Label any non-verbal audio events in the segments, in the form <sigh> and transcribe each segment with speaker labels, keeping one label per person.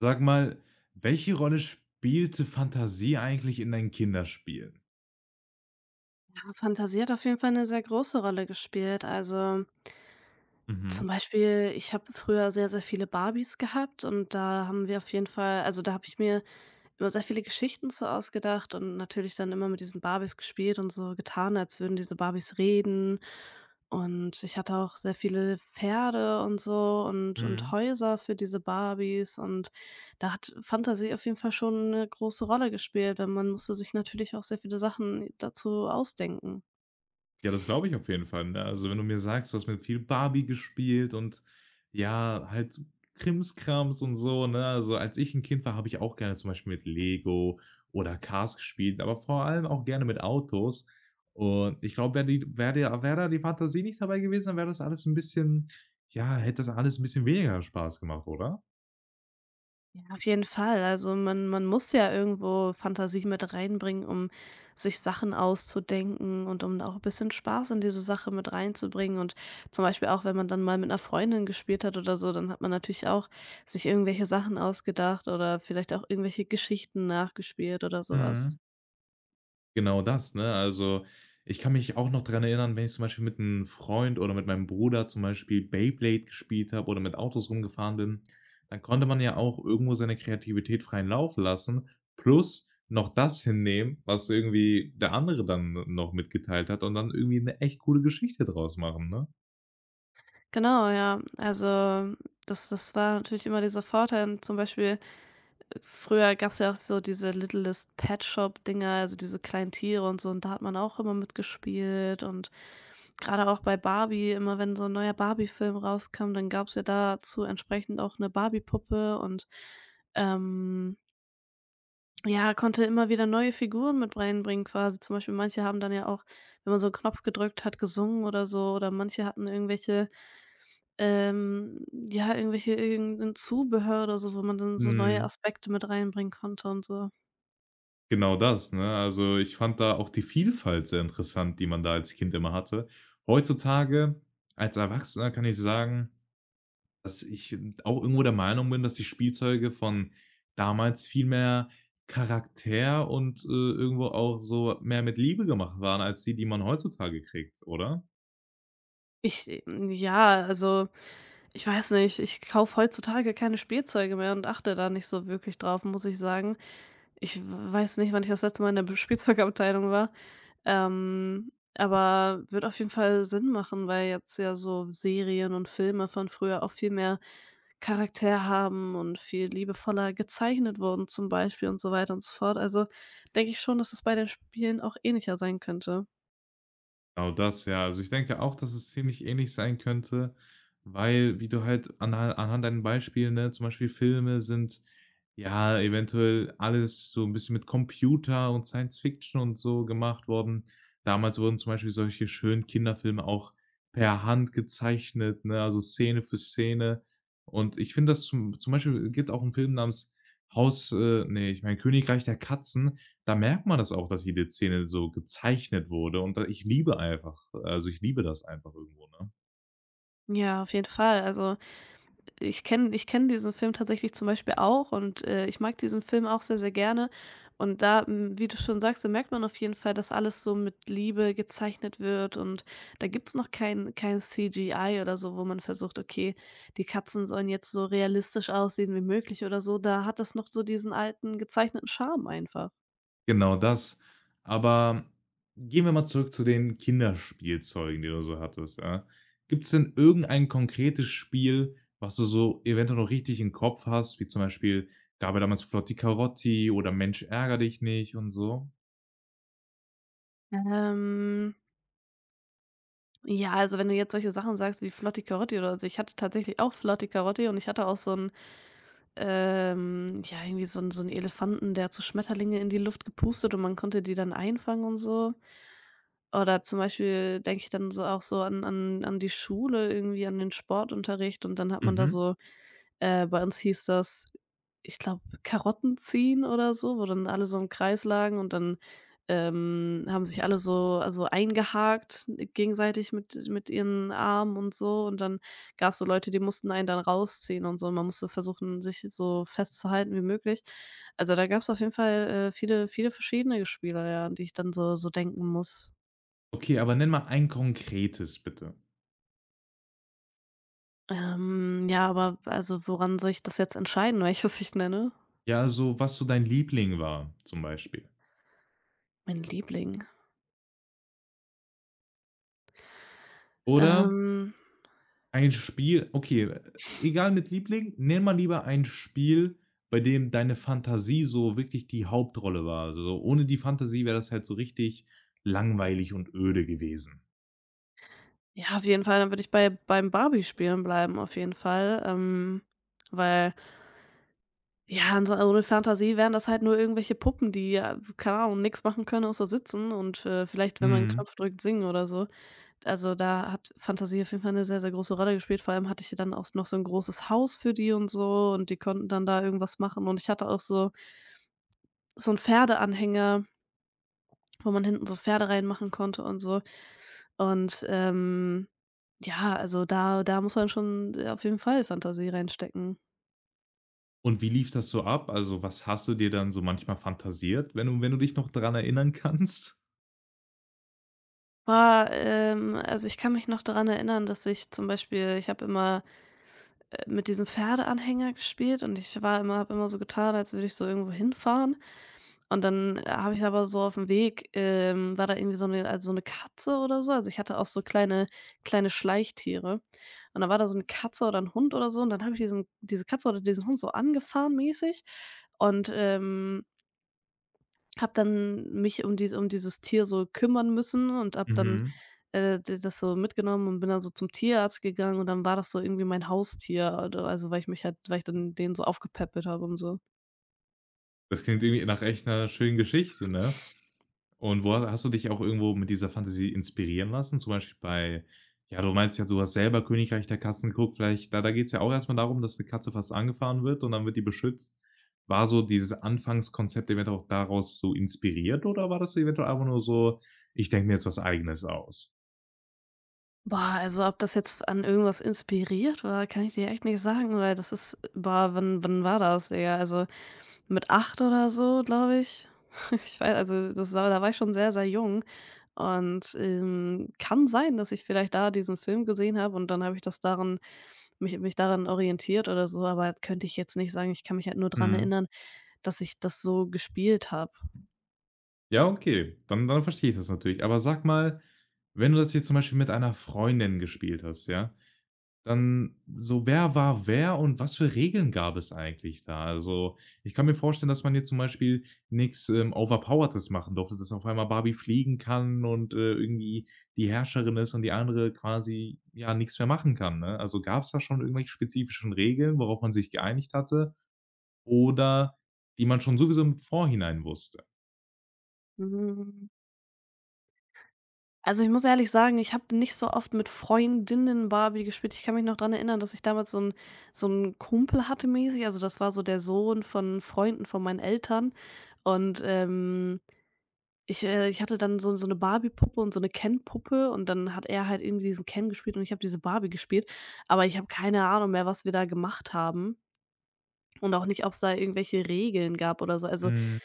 Speaker 1: Sag mal, welche Rolle spielte Fantasie eigentlich in deinen Kinderspielen?
Speaker 2: Ja, Fantasie hat auf jeden Fall eine sehr große Rolle gespielt. Also,
Speaker 1: Mhm,
Speaker 2: zum Beispiel, ich habe früher sehr, sehr viele Barbies gehabt und da haben wir auf jeden Fall also, da habe ich mir immer sehr viele Geschichten so ausgedacht und natürlich dann immer mit diesen Barbies gespielt und so getan, als würden diese Barbies reden. Und ich hatte auch sehr viele Pferde und so und
Speaker 1: mhm.
Speaker 2: Häuser für diese Barbies und da hat Fantasie auf jeden Fall schon eine große Rolle gespielt, weil man musste sich natürlich auch sehr viele Sachen dazu ausdenken.
Speaker 1: Ja, das glaube ich auf jeden Fall, ne? Also, wenn du mir sagst, du hast mit viel Barbie gespielt und ja, halt Krimskrams und so, ne? Also, als ich ein Kind war, habe ich auch gerne zum Beispiel mit Lego oder Cars gespielt, aber vor allem auch gerne mit Autos. Und ich glaube, wäre wär die wäre der wäre da die Fantasie nicht dabei gewesen, dann wäre das alles ein bisschen ja, hätte das alles ein bisschen weniger Spaß gemacht, oder?
Speaker 2: Ja, auf jeden Fall. Also man muss ja irgendwo Fantasie mit reinbringen, um sich Sachen auszudenken und um auch ein bisschen Spaß in diese Sache mit reinzubringen. Und zum Beispiel auch, wenn man dann mal mit einer Freundin gespielt hat oder so, dann hat man natürlich auch sich irgendwelche Sachen ausgedacht oder vielleicht auch irgendwelche Geschichten nachgespielt oder
Speaker 1: Mhm.
Speaker 2: sowas.
Speaker 1: Genau das, ne? Also, ich kann mich auch noch dran erinnern, wenn ich zum Beispiel mit einem Freund oder mit meinem Bruder zum Beispiel Beyblade gespielt habe oder mit Autos rumgefahren bin, dann konnte man ja auch irgendwo seine Kreativität freien Lauf lassen, plus noch das hinnehmen, was irgendwie der andere dann noch mitgeteilt hat und dann irgendwie eine echt coole Geschichte draus machen, ne?
Speaker 2: Genau, ja. Also das war natürlich immer dieser Vorteil. Zum Beispiel früher gab es ja auch so diese Littlest Pet Shop Dinger, also diese kleinen Tiere und so und da hat man auch immer mitgespielt und gerade auch bei Barbie, immer wenn so ein neuer Barbie-Film rauskam, dann gab es ja dazu entsprechend auch eine Barbie-Puppe und, ähm, ja, konnte immer wieder neue Figuren mit reinbringen quasi. Zum Beispiel manche haben dann ja auch, wenn man so einen Knopf gedrückt hat, gesungen oder so oder manche hatten irgendwelche, ja, irgendwelche irgend 'n Zubehör oder so, wo man dann so neue
Speaker 1: Mhm.
Speaker 2: Aspekte mit reinbringen konnte und so.
Speaker 1: Genau das, ne? Also, ich fand da auch die Vielfalt sehr interessant, die man da als Kind immer hatte. Heutzutage als Erwachsener kann ich sagen, dass ich auch irgendwo der Meinung bin, dass die Spielzeuge von damals viel mehr Charakter und, irgendwo auch so mehr mit Liebe gemacht waren als die, die man heutzutage kriegt, oder?
Speaker 2: Ich ja, also, ich weiß nicht, ich kaufe heutzutage keine Spielzeuge mehr und achte da nicht so wirklich drauf, muss ich sagen. Ich weiß nicht, wann ich das letzte Mal in der Be Spielzeugabteilung war, ähm, aber wird auf jeden Fall Sinn machen, weil jetzt ja so Serien und Filme von früher auch viel mehr Charakter haben und viel liebevoller gezeichnet wurden zum Beispiel und so weiter und so fort. Also, denke ich schon, dass es bei den Spielen auch ähnlicher sein könnte.
Speaker 1: Genau das, ja. Also, ich denke auch, dass es ziemlich ähnlich sein könnte, weil wie du halt anhand deinen Beispielen, ne, zum Beispiel Filme sind ja eventuell alles so ein bisschen mit Computer und Science Fiction und so gemacht worden. Damals wurden zum Beispiel solche schönen Kinderfilme auch per Hand gezeichnet, ne, also Szene für Szene. Und ich finde das zum Beispiel, es gibt auch 'n Film namens Haus ne, ich meine Königreich der Katzen. Da merkt man das auch, dass jede Szene so gezeichnet wurde und da ich liebe einfach, also, ich liebe das einfach irgendwo, ne?
Speaker 2: Ja, auf jeden Fall. Also ich kenne diesen Film tatsächlich zum Beispiel auch und, ich mag diesen Film auch sehr, sehr gerne. Und da, wie du schon sagst, da merkt man auf jeden Fall, dass alles so mit Liebe gezeichnet wird und da gibt's noch kein CGI oder so, wo man versucht: „Okay, die Katzen sollen jetzt so realistisch aussehen wie möglich“ oder so. Da hat das noch so diesen alten gezeichneten Charme einfach.
Speaker 1: Genau das. Aber gehen wir mal zurück zu den Kinderspielzeugen, die du so hattest, ja? Gibt's denn irgendein konkretes Spiel, was du so eventuell noch richtig im Kopf hast, wie zum Beispiel gab ja damals Flotti Carotti oder Mensch ärgere dich nicht und so?
Speaker 2: Ähm, ja, also wenn du jetzt solche Sachen sagst wie Flotti Carotti oder so. Ich hatte tatsächlich auch Flotti Carotti und ich hatte auch so ein ja, irgendwie so 'n Elefanten, der hat so Schmetterlinge in die Luft gepustet und man konnte die dann einfangen und so. Oder zum Beispiel denke ich dann so auch so an die Schule irgendwie, an den Sportunterricht und dann hat man da
Speaker 1: Mhm.
Speaker 2: so bei uns hieß das, ich glaube, Karotten ziehen oder so, wo dann alle so im Kreis lagen und dann, haben sich alle so also eingehakt gegenseitig mit ihren Armen und so und dann gab es so Leute, die mussten einen dann rausziehen und so und man musste versuchen, sich so festzuhalten wie möglich. Also, da gab es auf jeden Fall, viele verschiedene Spiele, ja, an die ich dann so denken muss.
Speaker 1: Okay, aber nenn mal ein konkretes bitte.
Speaker 2: Ja, aber also woran soll ich das jetzt entscheiden, <laughs> welches ich nenne?
Speaker 1: Ja, so was so dein Liebling war zum Beispiel.
Speaker 2: Mein Liebling.
Speaker 1: Oder
Speaker 2: Ähm
Speaker 1: ein Spiel, okay, egal mit Liebling, nenn mal lieber ein Spiel, bei dem deine Fantasie so wirklich die Hauptrolle war. Also, so ohne die Fantasie wäre das halt so richtig langweilig und öde gewesen.
Speaker 2: Ja, auf jeden Fall, dann würde ich beim Barbie-Spielen bleiben auf jeden Fall, weil, ja, in so ohne Fantasie wären das halt nur irgendwelche Puppen, die ja, keine Ahnung, nichts machen können außer sitzen und, vielleicht, wenn man einen
Speaker 1: Mhm.
Speaker 2: Knopf drückt, singen oder so. Also, da hat Fantasie auf jeden Fall eine sehr, sehr große Rolle gespielt. Vor allem hatte ich ja dann auch noch so ein großes Haus für die und so und die konnten dann da irgendwas machen und ich hatte auch so so 'n Pferdeanhänger, wo man hinten so Pferde reinmachen konnte und so. Und, ja, also da muss man schon auf jeden Fall Fantasie reinstecken.
Speaker 1: Und wie lief das so ab? Also, was hast du dir dann so manchmal fantasiert, wenn du wenn du dich noch dran erinnern kannst?
Speaker 2: Also ich kann mich noch daran erinnern, dass ich zum Beispiel ich habe immer, mit diesem Pferdeanhänger gespielt und ich war immer habe immer so getan, als würde ich so irgendwo hinfahren. Und dann habe ich aber so auf dem Weg, war da irgendwie so eine also so eine Katze oder so. Also ich hatte auch so kleine Schleichtiere. Und dann war da so eine Katze oder ein Hund oder so und dann habe ich diese Katze oder diesen Hund so angefahren mäßig und, habe dann mich um dieses Tier so kümmern müssen und habe dann,
Speaker 1: Mhm.
Speaker 2: d das so mitgenommen und bin dann so zum Tierarzt gegangen und dann war das so irgendwie mein Haustier, oder also, weil ich mich halt weil ich dann den so aufgepäppelt habe und so.
Speaker 1: Das klingt irgendwie nach echt 'ner schönen Geschichte, ne? Und wo hast du dich auch irgendwo mit dieser Fantasie inspirieren lassen? Zum Beispiel bei ja, du meinst ja, du hast selber Königreich der Katzen geguckt, vielleicht da geht es ja auch erstmal darum, dass eine Katze fast angefahren wird und dann wird die beschützt. War so dieses Anfangskonzept eventuell auch daraus so inspiriert oder war das eventuell einfach nur so: „Ich denke mir jetzt was Eigenes aus?“
Speaker 2: Boah, also, ob das jetzt an irgendwas inspiriert war, kann ich dir echt nicht sagen, weil das ist boah, wann war das, Digga? Also, mit 8 oder so, glaube ich. <laughs> Ich weiß also, das war da war ich schon sehr, sehr jung und, kann sein, dass ich vielleicht da diesen Film gesehen habe und dann habe ich das daran mich daran orientiert oder so, aber halt könnte ich jetzt nicht sagen. Ich kann mich halt nur dran
Speaker 1: Mhm.
Speaker 2: erinnern, dass ich das so gespielt habe.
Speaker 1: Ja, okay, dann verstehe ich das natürlich. Aber sag mal, wenn du das jetzt zum Beispiel mit einer Freundin gespielt hast, ja? Dann so, wer war wer und was für Regeln gab es eigentlich da? Also, ich kann mir vorstellen, dass man jetzt zum Beispiel nichts Overpowertes machen durfte, dass auf einmal Barbie fliegen kann und, irgendwie die Herrscherin ist und die andere quasi, ja, nichts mehr machen kann, ne? Also, gab es da schon irgendwelche spezifischen Regeln, worauf man sich geeinigt hatte oder die man schon sowieso im Vorhinein wusste?
Speaker 2: Hm, also, ich muss ehrlich sagen, ich habe nicht so oft mit Freundinnen Barbie gespielt. Ich kann mich noch dran erinnern, dass ich damals so einen Kumpel hatte mäßig. Also, das war so der Sohn von Freunden von meinen Eltern und, ich hatte dann so so eine Barbie-Puppe und so eine Ken-Puppe und dann hat er halt irgendwie diesen Ken gespielt und ich habe diese Barbie gespielt, aber ich habe keine Ahnung mehr, was wir da gemacht haben. Und auch nicht, ob es da irgendwelche Regeln gab oder so. Also,
Speaker 1: Mm,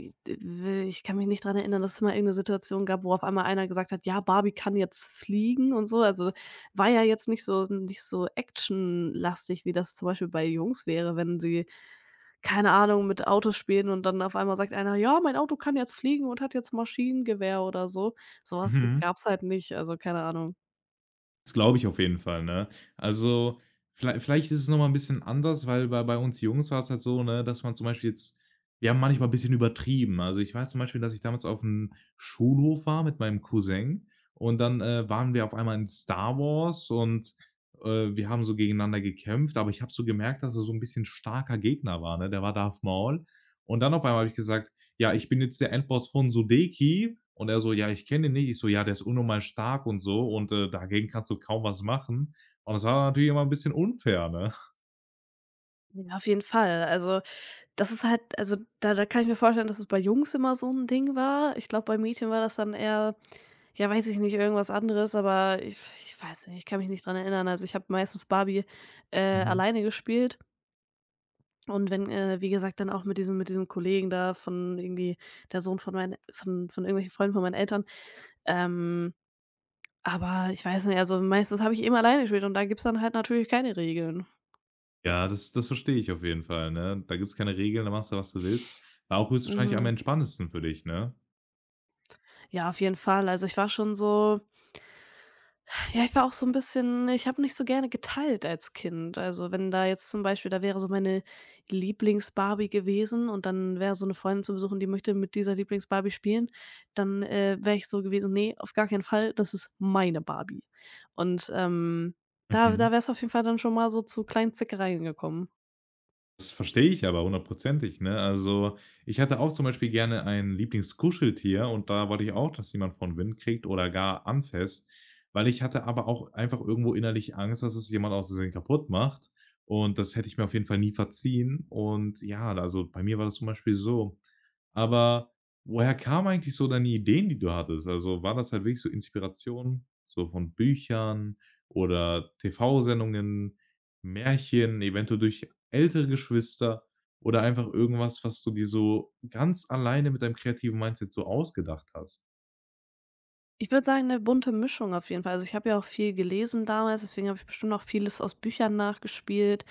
Speaker 2: i w ich kann mich nicht dran erinnern, dass es mal irgendeine Situation gab, wo auf einmal einer gesagt hat: „Ja, Barbie kann jetzt fliegen“ und so. Also, war ja jetzt nicht so actionlastig, wie das zum Beispiel bei Jungs wäre, wenn sie, keine Ahnung, mit Autos spielen und dann auf einmal sagt einer: „Ja, mein Auto kann jetzt fliegen und hat jetzt Maschinengewehr“ oder so. Sowas was
Speaker 1: mhm.
Speaker 2: gab's halt nicht, also, keine Ahnung.
Speaker 1: Das glaube ich auf jeden Fall, ne? Also, vielleicht ist es noch mal 'n bisschen anders, weil bei uns Jungs war es halt so, ne, dass man zum Beispiel jetzt wir haben manchmal ein bisschen übertrieben. Also, ich weiß zum Beispiel, dass ich damals auf aufm Schulhof war mit meinem Cousin und dann, waren wir auf einmal in Star Wars und, wir haben so gegeneinander gekämpft, aber ich habe so gemerkt, dass er so ein bisschen starker Gegner war, ne? Der war Darth Maul und dann auf einmal habe ich gesagt: ja, ich bin jetzt der Endboss von Sudeki. Und er so, ja, ich kenne ihn nicht. Ich so, ja, der ist unnormal stark und so und, dagegen kannst du kaum was machen. Und das war natürlich immer ein bisschen unfair, ne?
Speaker 2: Ja, auf jeden Fall. Also das ist halt also, da kann ich mir vorstellen, dass es bei Jungs immer so ein Ding war. Ich glaube, bei Mädchen war das dann eher, ja, weiß ich nicht, irgendwas anderes, aber ich weiß nicht, ich kann mich nicht dran erinnern. Also, ich habe meistens Barbie,
Speaker 1: Mhm.
Speaker 2: alleine gespielt und wenn, wie gesagt, dann auch mit diesem Kollegen da von irgendwie der Sohn von meinen von irgendwelchen Freunden von meinen Eltern. Ähm, aber ich weiß nicht, also, meistens habe ich eben alleine gespielt und da gibt's dann halt natürlich keine Regeln.
Speaker 1: Ja, das verstehe ich auf jeden Fall, ne? Da gibt's keine Regeln, da machst du, was du willst. War auch höchstwahrscheinlich am
Speaker 2: Mhm.
Speaker 1: entspannendsten für dich, ne?
Speaker 2: Ja, auf jeden Fall. Also, ich war schon so ja, ich war auch so ein bisschen ich habe nicht so gerne geteilt als Kind. Also, wenn da jetzt zum Beispiel da wäre so meine Lieblings-Barbie gewesen und dann wäre so eine Freundin zu besuchen, die möchte mit dieser Lieblings-Barbie spielen, dann, wäre ich so gewesen: „Ne, auf gar keinen Fall, das ist meine Barbie.“ Und, da wäre es auf jeden Fall dann schon mal so zu kleinen Zickereien gekommen.
Speaker 1: Das verstehe ich aber hundertprozentig, ne? Also, ich hatte auch zum Beispiel gerne ein Lieblingskuscheltier und da wollte ich auch, dass jemand von Wind kriegt oder gar anfasst, weil ich hatte aber auch einfach irgendwo innerlich Angst, dass es jemand aus Versehen kaputt macht und das hätte ich mir auf jeden Fall nie verziehen und ja, also, bei mir war das zum Beispiel so. Aber woher kamen eigentlich so deine Ideen, die du hattest? Also, war das halt wirklich so Inspiration, so von Büchern oder TV-Sendungen, Märchen, eventuell durch ältere Geschwister oder einfach irgendwas, was du dir so ganz alleine mit deinem kreativen Mindset so ausgedacht hast?
Speaker 2: Ich würde sagen, eine bunte Mischung auf jeden Fall. Also, ich habe ja auch viel gelesen damals, deswegen habe ich bestimmt auch vieles aus Büchern nachgespielt.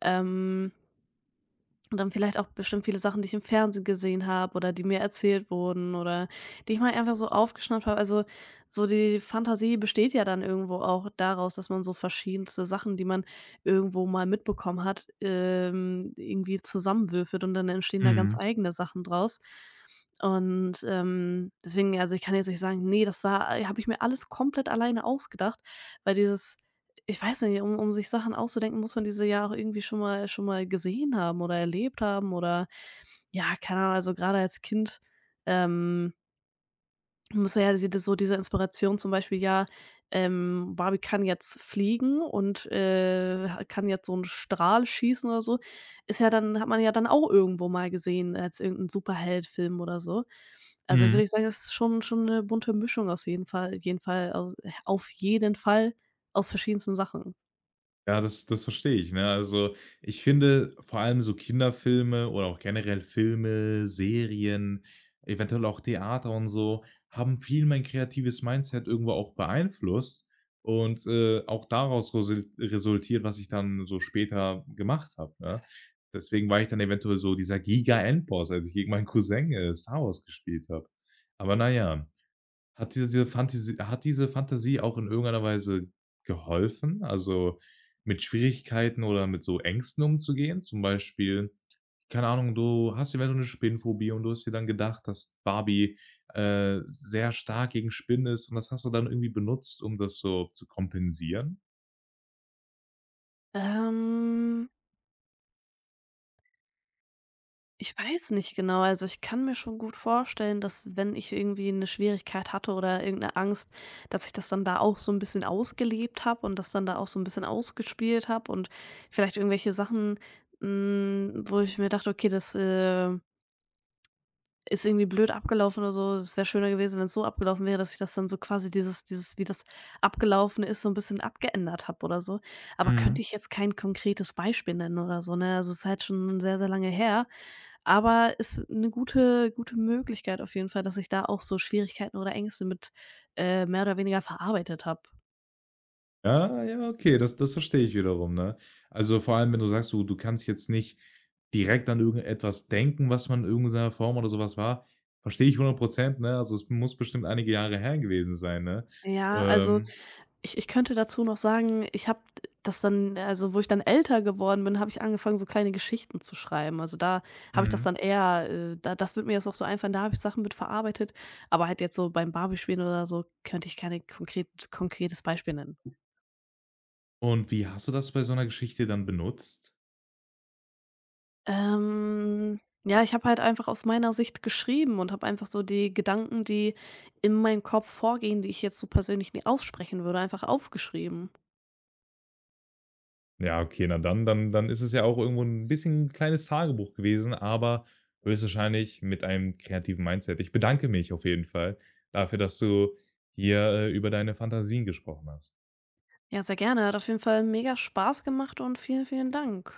Speaker 2: Ähm Und dann vielleicht auch bestimmt viele Sachen, die ich im Fernsehen gesehen habe oder die mir erzählt wurden oder die ich mal einfach so aufgeschnappt habe. Also, so die Fantasie besteht ja dann irgendwo auch daraus, dass man so verschiedenste Sachen, die man irgendwo mal mitbekommen hat, irgendwie zusammenwürfelt und dann entstehen da ganz
Speaker 1: Mhm,
Speaker 2: eigene Sachen draus. Und, deswegen also, ich kann jetzt nicht sagen: nee, das war habe ich mir alles komplett alleine ausgedacht“, weil dieses ich weiß nicht, um sich Sachen auszudenken, muss man diese ja auch irgendwie schon mal gesehen haben oder erlebt haben oder ja, keine Ahnung, also gerade als Kind, ähm, muss ja diese so diese Inspiration zum Beispiel, ja, Barbie kann jetzt fliegen und, kann jetzt so einen Strahl schießen oder so, ist ja dann hat man ja dann auch irgendwo mal gesehen als irgend 'n Superheldenfilm oder so. Also,
Speaker 1: mhm.
Speaker 2: würde ich sagen, es ist schon eine bunte Mischung aus jeden Fall au auf jeden Fall aus verschiedensten Sachen.
Speaker 1: Ja, das verstehe ich, ne? Also, ich finde vor allem so Kinderfilme oder auch generell Filme, Serien, eventuell auch Theater und so, haben viel mein kreatives Mindset irgendwo auch beeinflusst und, auch daraus resultiert, was ich dann so später gemacht habe, ne? Deswegen war ich dann eventuell so dieser Giga Endboss, als ich gegen meinen Cousin, Star Wars gespielt habe. Aber naja. Hat diese Fantasie auch in irgendeiner Weise geholfen, also, mit Schwierigkeiten oder mit so Ängsten umzugehen? Zum Beispiel, keine Ahnung, du hast eventuell eine Spinnenphobie und du hast dir dann gedacht, dass Barbie, sehr stark gegen Spinnen ist und das hast du dann irgendwie benutzt, um das so zu kompensieren?
Speaker 2: Ähm, ich weiß nicht genau. Also, ich kann mir schon gut vorstellen, dass wenn ich irgendwie eine Schwierigkeit hatte oder irgendeine Angst, dass ich das dann da auch so ein bisschen ausgelebt habe und das dann da auch so ein bisschen ausgespielt habe und vielleicht irgendwelche Sachen, wo ich mir dachte: „Okay, das, ist irgendwie blöd abgelaufen oder so. Es wäre schöner gewesen, wenn es so abgelaufen wäre“, dass ich das dann so quasi dieses wie das abgelaufen ist, so ein bisschen abgeändert habe oder so. Aber
Speaker 1: Mhm.
Speaker 2: könnte ich jetzt kein konkretes Beispiel nennen oder so, ne? Also, es ist halt schon sehr, sehr lange her. Aber ist eine gute Möglichkeit auf jeden Fall, dass ich da auch so Schwierigkeiten oder Ängste mit, mehr oder weniger verarbeitet habe.
Speaker 1: Ja, ja, okay, das verstehe ich wiederum, ne? Also, vor allem, wenn du sagst, du kannst jetzt nicht direkt an irgendetwas denken, was man in irgendeiner Form oder sowas war, verstehe ich 100, ne? Also, es muss bestimmt einige Jahre her gewesen sein, ne?
Speaker 2: Ja, also,
Speaker 1: Ähm,
Speaker 2: ich könnte dazu noch sagen, ich habe das dann also, wo ich dann älter geworden bin, habe ich angefangen, so kleine Geschichten zu schreiben. Also, da habe ich das
Speaker 1: mhm.
Speaker 2: dann eher da das wird mir jetzt auch so einfallen, da habe ich Sachen mit verarbeitet, aber halt jetzt so beim Barbie-Spielen oder so könnte ich keine konkretes Beispiel nennen.
Speaker 1: Und wie hast du das bei so einer Geschichte dann benutzt?
Speaker 2: Ähm, ja, ich habe halt einfach aus meiner Sicht geschrieben und habe einfach so die Gedanken, die in meinem Kopf vorgehen, die ich jetzt so persönlich nie aussprechen würde, einfach aufgeschrieben.
Speaker 1: Ja, okay, na dann ist es ja auch irgendwo ein bisschen ein kleines Tagebuch gewesen, aber höchstwahrscheinlich mit einem kreativen Mindset. Ich bedanke mich auf jeden Fall dafür, dass du hier, über deine Fantasien gesprochen hast.
Speaker 2: Ja, sehr gerne. Hat auf jeden Fall mega Spaß gemacht und vielen, vielen Dank.